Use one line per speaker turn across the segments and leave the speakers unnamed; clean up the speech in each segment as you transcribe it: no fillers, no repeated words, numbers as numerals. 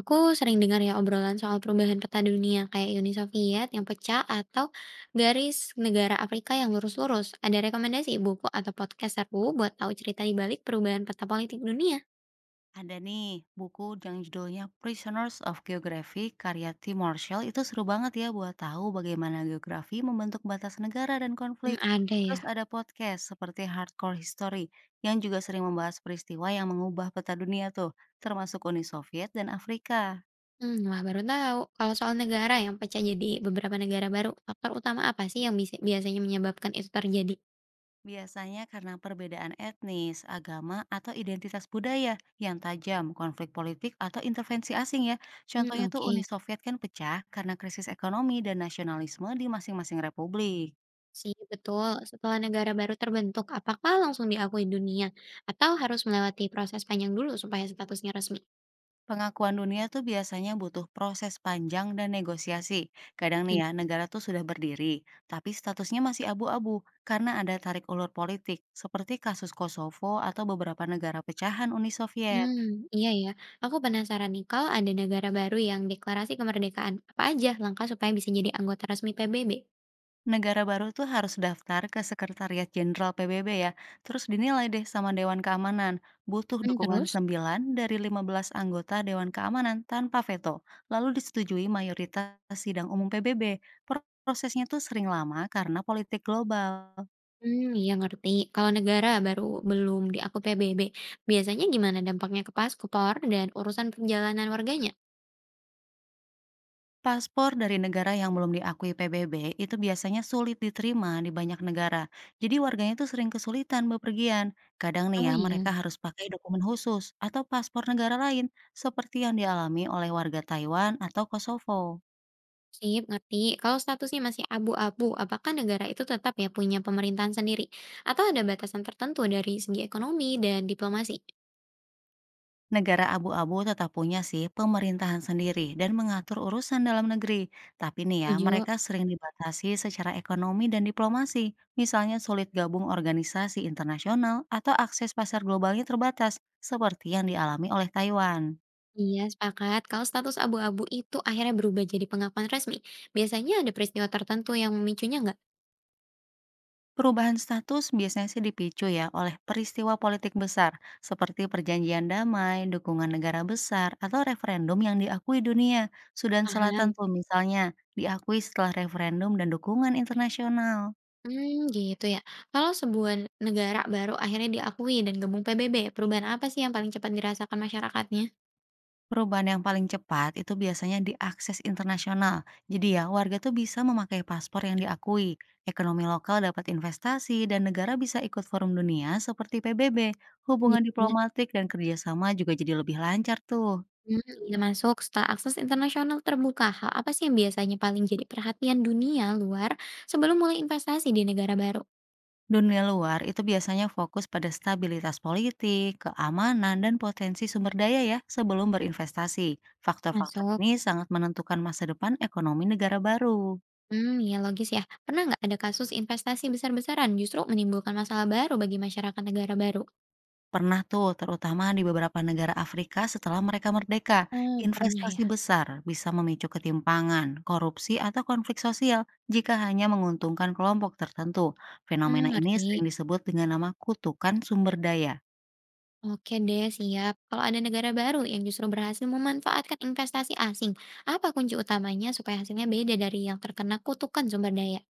Aku sering dengar ya obrolan soal perubahan peta dunia kayak Uni Soviet yang pecah atau garis negara Afrika yang lurus-lurus. Ada rekomendasi buku atau podcast seru buat tahu cerita di balik perubahan peta politik dunia?
Ada nih buku yang judulnya Prisoners of Geography karya Tim Marshall itu seru banget ya buat tahu bagaimana geografi membentuk batas negara dan
Hmm,
konflik.
ada
Terus
ya.
ada podcast seperti Hardcore History yang juga sering membahas peristiwa yang mengubah peta dunia tuh, termasuk Uni Soviet dan Afrika.
Hmm, wah baru tahu. Kalau soal negara yang pecah jadi beberapa negara baru, faktor utama apa sih yang bisa, biasanya menyebabkan itu terjadi?
Biasanya karena perbedaan etnis, agama, atau identitas budaya yang tajam, konflik politik, atau intervensi asing ya.
Hmm,
Contohnya tuh
oke.
Uni Soviet kan pecah karena krisis ekonomi dan nasionalisme di masing-masing republik.
Sih, betul. Setelah negara baru terbentuk, apakah langsung diakui dunia? Atau harus melewati proses panjang dulu supaya statusnya resmi?
Pengakuan dunia tuh biasanya butuh proses panjang dan negosiasi. Kadang nih ya, negara tuh sudah berdiri, tapi statusnya masih abu-abu karena ada tarik ulur politik, seperti kasus Kosovo atau beberapa negara pecahan Uni Soviet.
Hmm, iya ya. Aku penasaran nih, kalau ada negara baru yang deklarasi kemerdekaan, apa aja langkah supaya bisa jadi anggota resmi PBB?
Negara baru tuh harus daftar ke Sekretariat Jenderal PBB ya, terus dinilai deh sama Dewan Keamanan. Butuh
Mmm,
dukungan
terus?
9 dari 15 anggota Dewan Keamanan tanpa veto, lalu disetujui mayoritas sidang umum PBB. Prosesnya tuh sering lama karena politik global.
Hmm, iya ngerti. Kalau negara baru belum diakui PBB, biasanya gimana dampaknya ke paspor dan urusan perjalanan warganya?
Paspor dari negara yang belum diakui PBB itu biasanya sulit diterima di banyak negara. Jadi warganya itu sering kesulitan bepergian. Kadang nih
Oh
ya mereka
iya.
harus pakai dokumen khusus atau paspor negara lain seperti yang dialami oleh warga Taiwan atau Kosovo.
Sip, ngerti. Kalau statusnya masih abu-abu, apakah negara itu tetap ya punya pemerintahan sendiri? Atau ada batasan tertentu dari segi ekonomi dan diplomasi?
Negara abu-abu tetap punya sih pemerintahan sendiri dan mengatur urusan dalam negeri. Tapi nih ya,
Setuju.
mereka sering dibatasi secara ekonomi dan diplomasi. Misalnya sulit gabung organisasi internasional atau akses pasar globalnya terbatas, seperti yang dialami oleh Taiwan.
Iya, sepakat. Kalau status abu-abu itu akhirnya berubah jadi pengakuan resmi, biasanya ada peristiwa tertentu yang memicunya nggak?
Perubahan status biasanya sih dipicu ya oleh peristiwa politik besar seperti perjanjian damai, dukungan negara besar, atau referendum yang diakui dunia. Sudan Selatan
Paham.
tuh misalnya diakui setelah referendum dan dukungan internasional.
Hmm, gitu ya. Kalau sebuah negara baru akhirnya diakui dan gabung PBB, perubahan apa sih yang paling cepat dirasakan masyarakatnya?
Perubahan yang paling cepat itu biasanya diakses internasional. Jadi ya warga tuh bisa memakai paspor yang diakui. Ekonomi lokal dapat investasi dan negara bisa ikut forum dunia seperti PBB. Hubungan
Jelas.
diplomatik dan kerjasama juga jadi lebih lancar tuh.
Mmm, iya masuk. Setelah akses internasional terbuka, hal apa sih yang biasanya paling jadi perhatian dunia luar sebelum mulai investasi di negara baru?
Dunia luar itu biasanya fokus pada stabilitas politik, keamanan, dan potensi sumber daya ya sebelum berinvestasi. Faktor-faktor
Masuk.
ini sangat menentukan masa depan ekonomi negara baru.
Hmm, ya logis ya. Pernah nggak ada kasus investasi besar-besaran justru menimbulkan masalah baru bagi masyarakat negara baru?
Pernah tuh, terutama di beberapa negara Afrika setelah mereka merdeka,
Oh, pernah
investasi
ya?
besar bisa memicu ketimpangan, korupsi, atau konflik sosial jika hanya menguntungkan kelompok tertentu.
Hmm,
Fenomena ini
ngerti.
sering disebut dengan nama kutukan sumber daya.
Oke deh, siap. Kalau ada negara baru yang justru berhasil memanfaatkan investasi asing, apa kunci utamanya supaya hasilnya beda dari yang terkena kutukan sumber daya?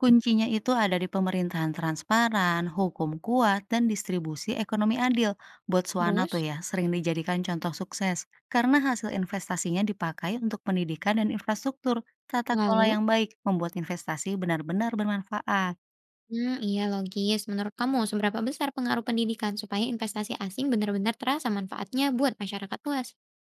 Kuncinya itu ada di pemerintahan transparan, hukum kuat, dan distribusi ekonomi adil. Botswana tuh
Terus?
ya sering dijadikan contoh sukses karena hasil investasinya dipakai untuk pendidikan dan infrastruktur. Tata kelola
Lalu?
yang baik membuat investasi benar-benar bermanfaat.
Hmm, iya logis. Menurut kamu, seberapa besar pengaruh pendidikan supaya investasi asing benar-benar terasa manfaatnya buat masyarakat luas?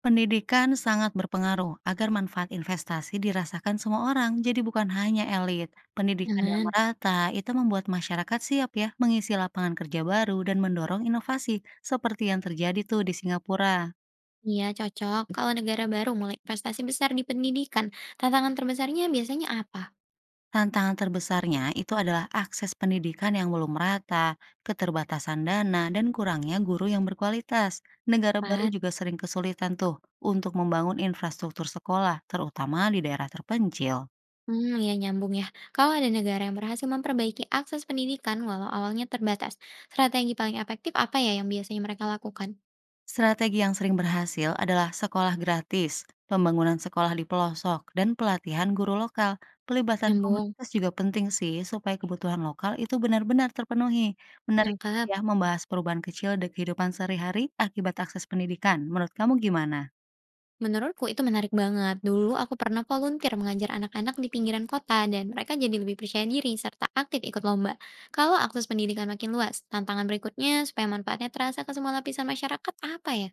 Pendidikan sangat berpengaruh agar manfaat investasi dirasakan semua orang, jadi bukan hanya elit. Pendidikan yang
Aman.
merata itu membuat masyarakat siap ya mengisi lapangan kerja baru dan mendorong inovasi seperti yang terjadi tuh di Singapura.
Iya, cocok. Kalau negara baru mulai investasi besar di pendidikan, tantangan terbesarnya biasanya apa?
Tantangan terbesarnya itu adalah akses pendidikan yang belum merata, keterbatasan dana, dan kurangnya guru yang berkualitas. Negara baru
Tepat.
juga sering kesulitan tuh untuk membangun infrastruktur sekolah, terutama di daerah terpencil.
Hmm, ya nyambung ya. Kalau ada negara yang berhasil memperbaiki akses pendidikan walau awalnya terbatas, strategi paling efektif apa ya yang biasanya mereka lakukan?
Strategi yang sering berhasil adalah sekolah gratis, pembangunan sekolah di pelosok, dan pelatihan guru lokal. Pelibatan
Nyambung.
komunitas juga penting sih supaya kebutuhan lokal itu benar-benar terpenuhi. Menarik juga
Nangkap.
ya membahas perubahan kecil di kehidupan sehari-hari akibat akses pendidikan. Menurut kamu gimana?
Menurutku itu menarik banget. Dulu aku pernah volunteer mengajar anak-anak di pinggiran kota dan mereka jadi lebih percaya diri serta aktif ikut lomba. Kalau akses pendidikan makin luas, tantangan berikutnya supaya manfaatnya terasa ke semua lapisan masyarakat apa ya?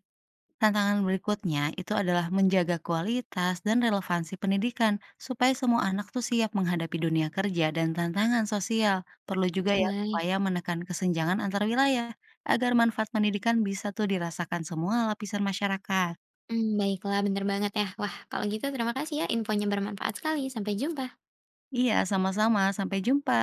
Tantangan berikutnya itu adalah menjaga kualitas dan relevansi pendidikan supaya semua anak tuh siap menghadapi dunia kerja dan tantangan sosial. Perlu juga ya
Sesuai.
upaya menekan kesenjangan antar wilayah agar manfaat pendidikan bisa tuh dirasakan semua lapisan masyarakat.
Hmm, baiklah, bener banget ya. Wah, kalau gitu terima kasih ya, infonya bermanfaat sekali. Sampai jumpa.
Iya, sama-sama. Sampai jumpa.